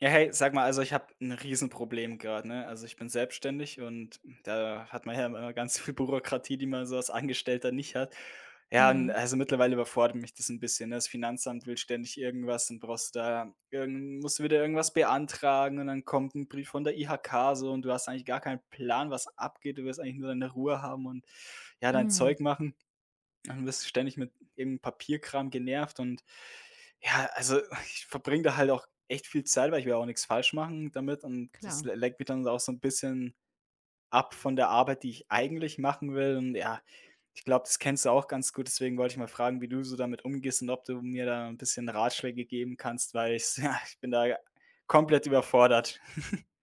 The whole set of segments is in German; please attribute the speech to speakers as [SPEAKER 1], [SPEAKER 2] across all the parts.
[SPEAKER 1] Ja, hey, sag mal, also ich habe ein Riesenproblem gerade, ne? Also, ich bin selbstständig und da hat man ja immer ganz viel Bürokratie, die man so als Angestellter nicht hat. Ja, und
[SPEAKER 2] Mhm,
[SPEAKER 1] also mittlerweile überfordert mich das ein bisschen, ne? Das Finanzamt will ständig irgendwas, und brauchst da irgend musst du wieder irgendwas beantragen und dann kommt ein Brief von der IHK so und du hast eigentlich gar keinen Plan, was abgeht. Du willst eigentlich nur deine Ruhe haben und, ja, dein
[SPEAKER 2] mhm,
[SPEAKER 1] Zeug machen. Dann wirst du ständig mit irgend Papierkram genervt und ja, also, ich verbringe da halt auch echt viel Zeit, weil ich will ja auch nichts falsch machen damit und das
[SPEAKER 2] klar.
[SPEAKER 1] le lenkt mich dann auch so ein bisschen ab von der Arbeit, die ich eigentlich machen will und ja, ich glaube, das kennst du auch ganz gut. Deswegen wollte ich mal fragen, wie du so damit umgehst und ob du mir da ein bisschen Ratschläge geben kannst, weil ich ja, ich bin da komplett überfordert.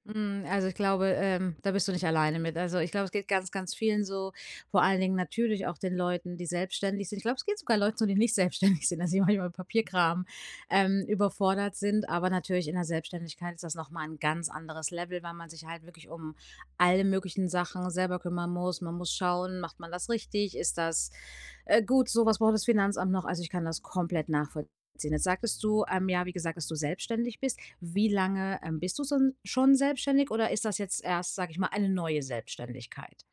[SPEAKER 2] Mhm, also, ich glaube, da bist du nicht alleine mit. Also, ich glaube, es geht ganz, ganz vielen so, vor allen Dingen natürlich auch den Leuten, die selbstständig sind. Ich glaube, es geht sogar Leuten so, die nicht selbstständig sind, dass sie manchmal mit Papierkram überfordert sind. Aber natürlich in der Selbstständigkeit ist das noch mal 'n ganz anderes Level, weil man sich halt wirklich um alle möglichen Sachen selber kümmern muss. Man muss schauen, macht man das richtig? Ist das gut? So was braucht das Finanzamt noch. Also, ich kann das komplett nachvollziehen. Jetzt sagtest du, ja, wie gesagt, dass du selbstständig bist. Wie lange, bist du son schon selbstständig oder ist das jetzt erst, sage ich mal, eine neue Selbstständigkeit?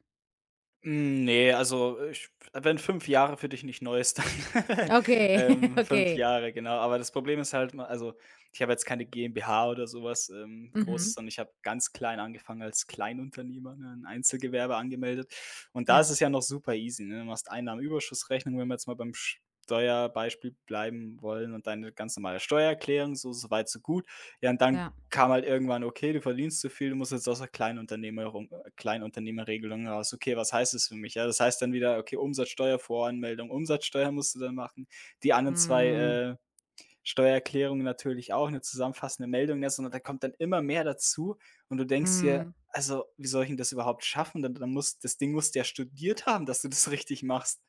[SPEAKER 1] Hm, ne, also, ich wenn 5 Jahre für dich nicht neu ist, dann,
[SPEAKER 2] Okay,
[SPEAKER 1] 5
[SPEAKER 2] okay.
[SPEAKER 1] Jahre, genau. Aber das Problem ist halt, ma also, ich habe jetzt keine GmbH oder so was, Großes,
[SPEAKER 2] Mhm.
[SPEAKER 1] sondern ich habe ganz klein angefangen als Kleinunternehmer, ne, 'n Einzelgewerbe angemeldet. Und da
[SPEAKER 2] Ja,
[SPEAKER 1] ist es ja noch super easy, ne? Du machst Einnahmenüberschussrechnung, wenn wir jetzt mal beim Steuerbeispiel bleiben wollen und deine ganz normale Steuererklärung, so weit, so gut. Ja, und dann
[SPEAKER 2] ja.
[SPEAKER 1] kam halt irgendwann: „Okay, du verdienst zu viel, du musst jetzt aus der Kleinunternehmerung Kleinunternehmerregelung raus.“ Okay, was heißt das für mich? Ja, das heißt dann wieder, okay, Umsatzsteuervoranmeldung, Umsatzsteuer musst du dann machen, die anderen 2
[SPEAKER 2] Mhm.
[SPEAKER 1] Steuererklärungen natürlich auch, eine zusammenfassende Meldung, ne, sondern da kommt dann immer mehr dazu und du denkst dir:
[SPEAKER 2] Mhm.
[SPEAKER 1] „Also, wie soll ich denn das überhaupt schaffen?“ Dann muss das Ding musst du ja studiert haben, dass du das richtig machst.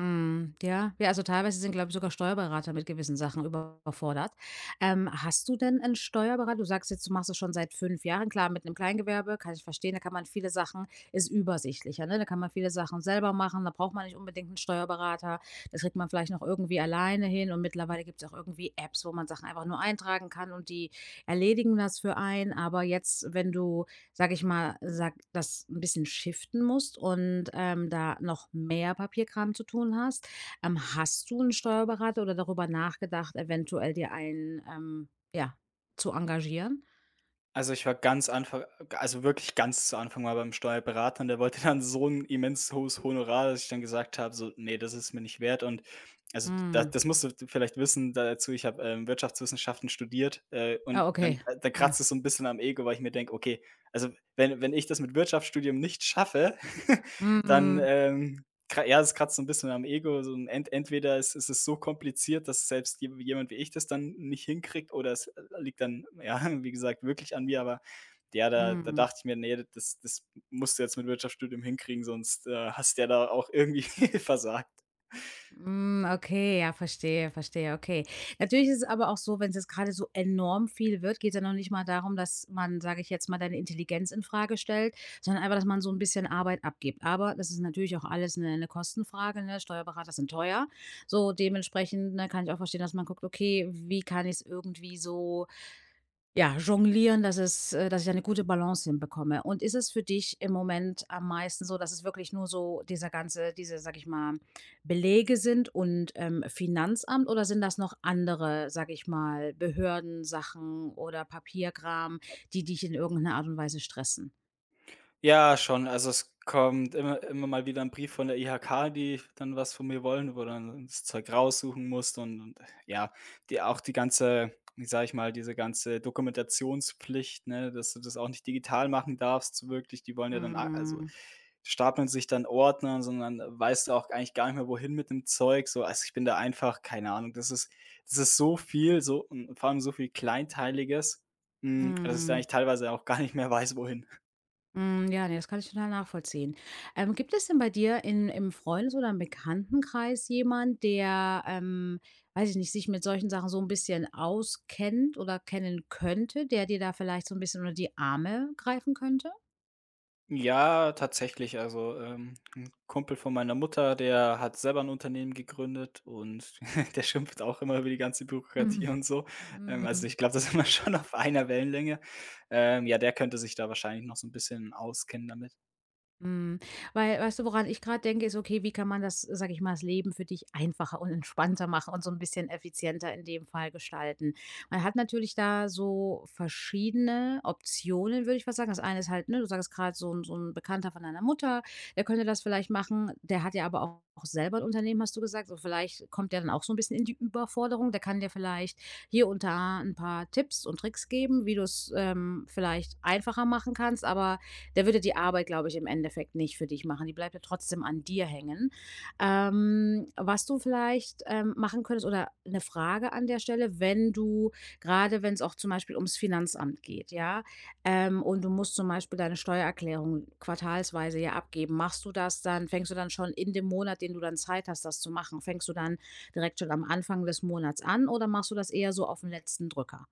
[SPEAKER 2] Mhm, ja. Ja, also teilweise sind, glaube ich, sogar Steuerberater mit gewissen Sachen überfordert. Hast du denn einen Steuerberater? Du sagst jetzt, du machst es schon seit 5 Jahren. Klar, mit 'nem Kleingewerbe kann ich verstehen, da kann man viele Sachen ist übersichtlicher, ne? Da kann man viele Sachen selber machen, da braucht man nicht unbedingt einen Steuerberater. Das kriegt man vielleicht noch irgendwie alleine hin und mittlerweile gibt es auch irgendwie Apps, wo man Sachen einfach nur eintragen kann und die erledigen das für einen. Aber jetzt, wenn du sag ich mal, sag das 'n bisschen shiften musst und da noch mehr Papierkram zu tun hast. Hast du einen Steuerberater oder darüber nachgedacht, eventuell dir einen, ja, zu engagieren?
[SPEAKER 1] Also, ich war ganz Anfang also, wirklich ganz zu Anfang mal beim Steuerberater und der wollte dann so ein immens hohes Honorar, dass ich dann gesagt habe, so: „Nee, das ist mir nicht wert.“ Und also, da
[SPEAKER 2] Mhm.
[SPEAKER 1] das musst du vielleicht wissen dazu, ich habe, Wirtschaftswissenschaften studiert, und
[SPEAKER 2] Ah,
[SPEAKER 1] dann
[SPEAKER 2] okay.
[SPEAKER 1] da
[SPEAKER 2] Ja.
[SPEAKER 1] kratzt es so ein bisschen am Ego, weil ich mir denke: „Okay, also, wenn ich das mit Wirtschaftsstudium nicht schaffe, dann,
[SPEAKER 2] Mhm.
[SPEAKER 1] kra ja, das kratzt so ein bisschen am Ego, so 'n entweder es ist es so kompliziert, dass selbst je jemand wie ich das dann nicht hinkriegt oder es liegt dann, ja, wie gesagt, wirklich an mir, aber ja, da
[SPEAKER 2] Mhm.
[SPEAKER 1] dachte ich mir: „Nee, das musst du jetzt mit Wirtschaftsstudium hinkriegen, sonst, hast du ja da auch irgendwie versagt.“
[SPEAKER 2] Hm, okay, ja, verstehe, verstehe, okay. Natürlich ist es aber auch so, wenn es jetzt gerade so enorm viel wird, geht es ja noch nicht mal darum, dass man, sage ich jetzt mal, deine Intelligenz in Frage stellt, sondern einfach, dass man so ein bisschen Arbeit abgibt. Aber das ist natürlich auch alles eine 'ne Kostenfrage, ne? Steuerberater sind teuer. So dementsprechend, ne, kann ich auch verstehen, dass man guckt: „Okay, wie kann ich es irgendwie so ja, jonglieren, dass ich eine gute Balance hinbekomme. Und ist es für dich im Moment am meisten so, dass es wirklich nur so diese, sag ich mal, Belege sind und Finanzamt oder sind das noch andere, sag ich mal, Behördensachen oder Papierkram, die dich in irgendeiner Art und Weise stressen?
[SPEAKER 1] Ja, schon. Also, es kommt immer mal wieder ein Brief von der IHK, die dann was von mir wollen, wo dann das Zeug raussuchen musst und ja, die auch die ganze wie sage ich mal, diese ganze Dokumentationspflicht, ne, dass du das auch nicht digital machen darfst, so wirklich. Die wollen ja dann a also,
[SPEAKER 2] Mhm,
[SPEAKER 1] stapeln sich dann Ordner, sondern weißt du auch eigentlich gar nicht mehr, wohin mit dem Zeug so. Also, ich bin da einfach keine Ahnung, das ist so viel, so und vor allem so viel Kleinteiliges, hm, dass ich da
[SPEAKER 2] mhm.
[SPEAKER 1] eigentlich teilweise auch gar nicht mehr weiß, wohin.
[SPEAKER 2] Hm, ja, ne, das kann ich total nachvollziehen. Gibt es denn bei dir in im Freundes oder im Bekanntenkreis jemand, der, weiß ich nicht, sich mit solchen Sachen so ein bisschen auskennt oder kennen könnte, der dir da vielleicht so ein bisschen unter die Arme greifen könnte?
[SPEAKER 1] Ja, tatsächlich. Also, 'n Kumpel von meiner Mutter, der hat selber ein Unternehmen gegründet und der schimpft auch immer über die ganze Bürokratie
[SPEAKER 2] Mhm,
[SPEAKER 1] und so. Also,
[SPEAKER 2] mhm.
[SPEAKER 1] ich glaube, da sind wir schon auf einer Wellenlänge. Ja, der könnte sich da wahrscheinlich noch so ein bisschen auskennen damit.
[SPEAKER 2] Mhm. Weil weißt du, woran ich gerade denke, ist: Okay, wie kann man das, sag ich mal das Leben für dich einfacher und entspannter machen und so ein bisschen effizienter in dem Fall gestalten? Man hat natürlich da so verschiedene Optionen, würde ich fast sagen. Das eine ist halt, ne, du sagst gerade so 'n Bekannter von deiner Mutter, der könnte das vielleicht machen. Der hat ja aber auch selber ein Unternehmen, hast du gesagt. So vielleicht kommt der dann auch so ein bisschen in die Überforderung. Der kann dir vielleicht hier und da ein paar Tipps und Tricks geben, wie du's, vielleicht einfacher machen kannst. Aber der würde die Arbeit, glaube ich, im Endeffekt nicht für dich machen. Die bleibt ja trotzdem an dir hängen. Was du vielleicht machen könntest oder eine Frage an der Stelle, wenn du, gerade wenn es auch zum Beispiel ums Finanzamt geht, ja, und du musst zum Beispiel deine Steuererklärung quartalsweise ja abgeben, machst du das dann, fängst du dann schon in dem Monat, den du dann Zeit hast, das zu machen, fängst du dann direkt schon am Anfang des Monats an oder machst du das eher so auf den letzten Drücker?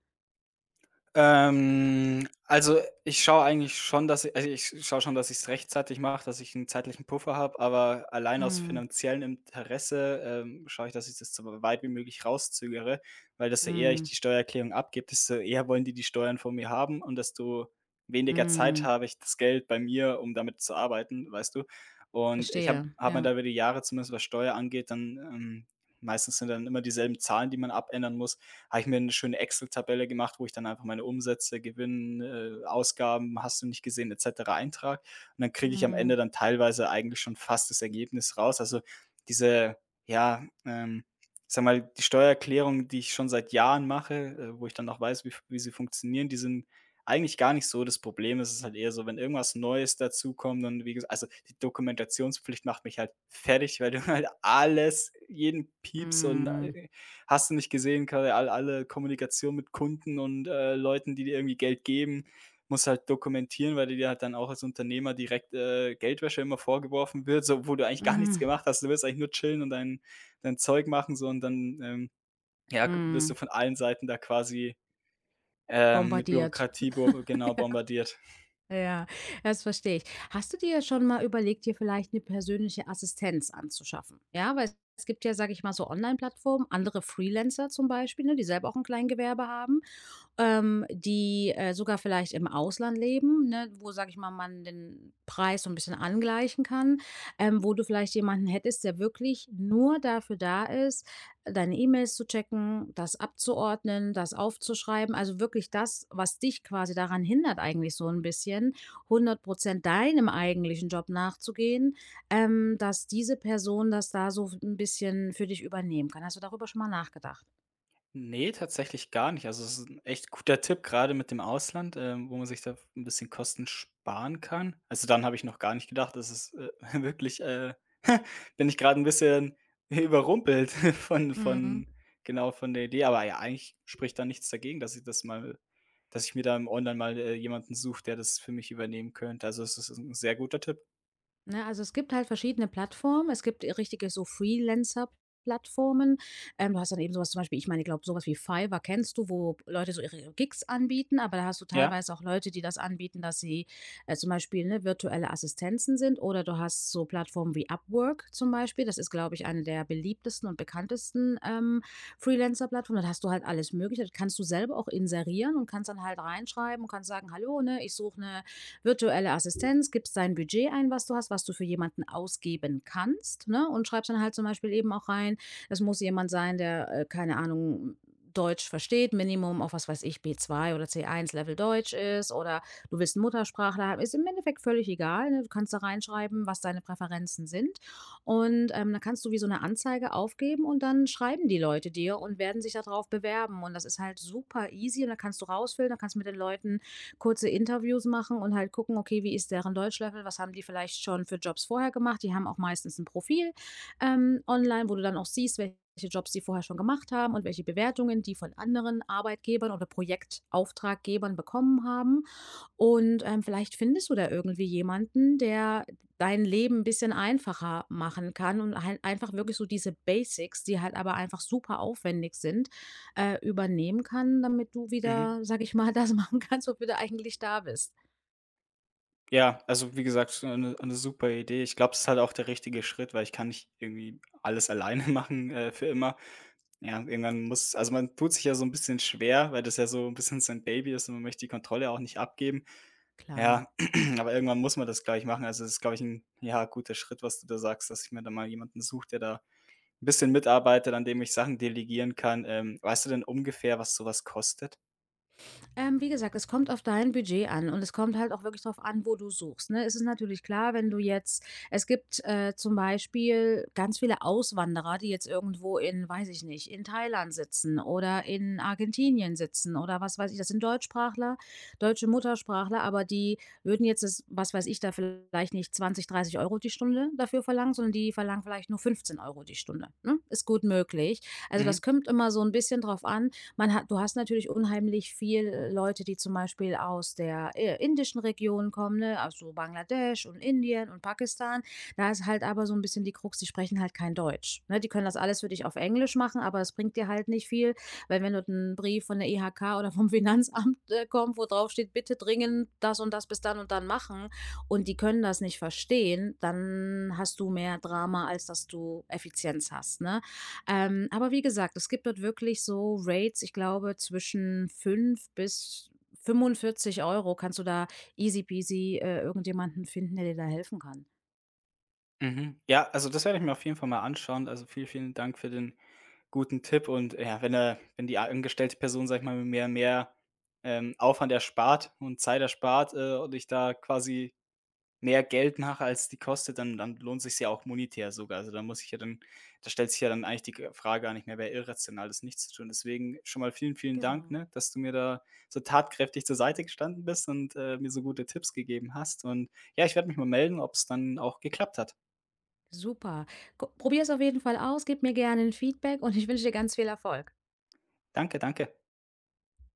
[SPEAKER 1] Also, ich schaue eigentlich schon, dass ich also, ich schaue schon, dass ich es rechtzeitig mache, dass ich einen zeitlichen Puffer habe, aber allein aus
[SPEAKER 2] Mm,
[SPEAKER 1] finanziellem Interesse, schaue ich, dass ich das so weit wie möglich rauszögere, weil desto eher ich
[SPEAKER 2] mm,
[SPEAKER 1] die Steuererklärung abgebe, desto eher wollen die die Steuern von mir haben und desto weniger Zeit
[SPEAKER 2] mm.
[SPEAKER 1] habe ich das Geld bei mir, um damit zu arbeiten, weißt du? Und ich habe
[SPEAKER 2] Verstehe,
[SPEAKER 1] habe mir
[SPEAKER 2] ja.
[SPEAKER 1] da über die Jahre, zumindest was Steuer angeht, dann meistens sind dann immer dieselben Zahlen, die man abändern muss habe ich mir eine schöne Excel-Tabelle gemacht, wo ich dann einfach meine Umsätze, Gewinn, Ausgaben, hast du nicht gesehen et cetera eintrage. Und dann kriege ich am Ende
[SPEAKER 2] Mm.
[SPEAKER 1] dann teilweise eigentlich schon fast das Ergebnis raus. Also, diese ja, ich sage mal, die Steuererklärungen, die ich schon seit Jahren mache, wo ich dann auch weiß, wie sie funktionieren, die sind eigentlich gar nicht so das Problem. Es ist halt eher so, wenn irgendwas Neues dazukommt dann wie gesa also, die Dokumentationspflicht macht mich halt fertig, weil du halt alles jeden Pieps und,
[SPEAKER 2] Mhm.
[SPEAKER 1] Hast du nicht gesehen, quasi alle Kommunikation mit Kunden und, Leuten, die dir irgendwie Geld geben, musst du halt dokumentieren, weil dir halt dann auch als Unternehmer direkt, Geldwäsche immer vorgeworfen wird, so obwohl du eigentlich gar nichts
[SPEAKER 2] Mhm.
[SPEAKER 1] gemacht hast. Du willst eigentlich nur chillen und dein Zeug machen so und dann, ja, wirst du
[SPEAKER 2] Mhm.
[SPEAKER 1] von allen Seiten da quasi, mit
[SPEAKER 2] Bombardiert.
[SPEAKER 1] Bürokratie bo genau
[SPEAKER 2] Ja,
[SPEAKER 1] bombardiert.
[SPEAKER 2] ja, das verstehe ich. Hast du dir schon mal überlegt, dir vielleicht eine persönliche Assistenz anzuschaffen? Ja, weil es gibt ja, sage ich mal, so Online-Plattformen, andere Freelancer zum Beispiel, ne, die selber auch ein Kleingewerbe haben. Die sogar vielleicht im Ausland leben, ne, wo, sage ich mal, man den Preis so ein bisschen angleichen kann, wo du vielleicht jemanden hättest, der wirklich nur dafür da ist, deine E-Mails zu checken, das abzuordnen, das aufzuschreiben. Also, wirklich das, was dich quasi daran hindert eigentlich so ein bisschen, 100% deinem eigentlichen Job nachzugehen, dass diese Person das da so ein bisschen für dich übernehmen kann. Hast du darüber schon mal nachgedacht?
[SPEAKER 1] Nee, tatsächlich gar nicht. Also, es ist 'n echt guter Tipp, gerade mit dem Ausland, wo man sich da ein bisschen Kosten sparen kann. Also, dann habe ich noch gar nicht gedacht. Das ist, wirklich, bin ich gerade ein bisschen überrumpelt von
[SPEAKER 2] Mhm.
[SPEAKER 1] von genau, von der Idee. Aber ja, eigentlich spricht da nichts dagegen, dass ich das mal dass ich mir da im online mal, jemanden suche, der das für mich übernehmen könnte. Also, es ist ein sehr guter Tipp.
[SPEAKER 2] Ne, also es gibt halt verschiedene Plattformen. Es gibt richtige so Freelancer-Plattformen. Du hast dann eben sowas zum Beispiel, ich meine, ich glaube, sowas wie Fiverr kennst du, wo Leute so ihre Gigs anbieten, aber da hast du
[SPEAKER 1] Ja,
[SPEAKER 2] teilweise auch Leute, die das anbieten, dass sie zum Beispiel ne, virtuelle Assistenzen sind oder du hast so Plattformen wie Upwork zum Beispiel. Das ist, glaube ich, eine der beliebtesten und bekanntesten Freelancer-Plattformen. Da hast du halt alles Mögliche. Das kannst du selber auch inserieren und kannst dann halt reinschreiben und kannst sagen, hallo, ne, ich suche eine virtuelle Assistenz, gibst dein Budget ein, was du hast, was du für jemanden ausgeben kannst, ne? Und schreibst dann halt zum Beispiel eben auch rein, das muss jemand sein, der, keine Ahnung, Deutsch versteht, Minimum auf was weiß ich, B2 oder C1 Level Deutsch ist oder du willst einen Muttersprachler haben, ist im Endeffekt völlig egal. Ne? Du kannst da reinschreiben, was deine Präferenzen sind. Und dann kannst du wie so eine Anzeige aufgeben und dann schreiben die Leute dir und werden sich darauf bewerben. Und das ist halt super easy und da kannst du rausfüllen, da kannst du mit den Leuten kurze Interviews machen und halt gucken, okay, wie ist deren Deutschlevel, was haben die vielleicht schon für Jobs vorher gemacht. Die haben auch meistens ein Profil online, wo du dann auch siehst, welche Jobs die vorher schon gemacht haben und welche Bewertungen die von anderen Arbeitgebern oder Projektauftraggebern bekommen haben. Und vielleicht findest du da irgendwie jemanden, der dein Leben ein bisschen einfacher machen kann und halt einfach wirklich so diese Basics, die halt aber einfach super aufwendig sind, übernehmen kann, damit du
[SPEAKER 1] mhm.
[SPEAKER 2] wieder, sag ich mal, das machen kannst, wofür du eigentlich da bist.
[SPEAKER 1] Ja, also wie gesagt, so eine 'ne super Idee. Ich glaube, es ist halt auch der richtige Schritt, weil ich kann nicht irgendwie alles alleine machen, für immer. Ja, irgendwann muss also man tut sich ja so ein bisschen schwer, weil das ja so ein bisschen sein Baby ist und man möchte die Kontrolle auch nicht abgeben.
[SPEAKER 2] Klar.
[SPEAKER 1] Ja, aber irgendwann muss man das, gleich machen. Also, das ist, glaube ich, ein ja, guter Schritt, was du da sagst, dass ich mir da mal jemanden suche, der da ein bisschen mitarbeitet, an dem ich Sachen delegieren kann. Weißt du denn ungefähr, was sowas kostet?
[SPEAKER 2] Wie gesagt, es kommt auf dein Budget an und es kommt halt auch wirklich drauf an, wo du suchst, ne? Es ist natürlich klar, wenn du jetzt es gibt, zum Beispiel ganz viele Auswanderer, die jetzt irgendwo in weiß ich nicht, in Thailand sitzen oder in Argentinien sitzen oder was weiß ich. Das sind Deutschsprachler, deutsche Muttersprachler, aber die würden jetzt das was weiß ich, da vielleicht nicht 20, 30 Euro die Stunde dafür verlangen, sondern die verlangen vielleicht nur 15 Euro die Stunde, ne? Ist gut möglich. Also,
[SPEAKER 1] Mhm.
[SPEAKER 2] das kommt immer so ein bisschen drauf an man hat du hast natürlich unheimlich viel Leute, die zum Beispiel aus der indischen Region kommen, ne, also Bangladesch und Indien und Pakistan. Da ist halt aber so ein bisschen die Krux, die sprechen halt kein Deutsch, ne? Die können das alles für dich auf Englisch machen, aber es bringt dir halt nicht viel, weil wenn du einen Brief von der IHK oder vom Finanzamt kommt, wo drauf steht „Bitte dringend das und das bis dann und dann machen“, und die können das nicht verstehen, dann hast du mehr Drama, als dass du Effizienz hast, ne? Aber wie gesagt, es gibt dort wirklich so Rates, ich glaube, zwischen 5 bis 45 Euro kannst du da easy peasy, irgendjemanden finden, der dir da helfen kann.
[SPEAKER 1] Mhm. Ja, also das werde ich mir auf jeden Fall mal anschauen. Also vielen, vielen Dank für den guten Tipp. Und ja, wenn er, wenn die angestellte Person, sag ich mal, mir mehr Aufwand erspart und Zeit erspart und ich da quasi mehr Geld mache, als die kostet, dann, dann lohnt sich ja auch monetär sogar. Also da muss ich ja dann, da stellt sich ja dann eigentlich die Frage gar nicht mehr, wäre irrational, das nicht zu tun. Deswegen schon mal vielen, vielen Dank,
[SPEAKER 2] Genau.
[SPEAKER 1] ne, dass du mir da so tatkräftig zur Seite gestanden bist und mir so gute Tipps gegeben hast. Und ja, ich werde mich mal melden, ob es dann auch geklappt hat.
[SPEAKER 2] Super. Gu Probier es auf jeden Fall aus, gib mir gerne 'n Feedback und ich wünsche dir ganz viel Erfolg.
[SPEAKER 1] Danke, danke.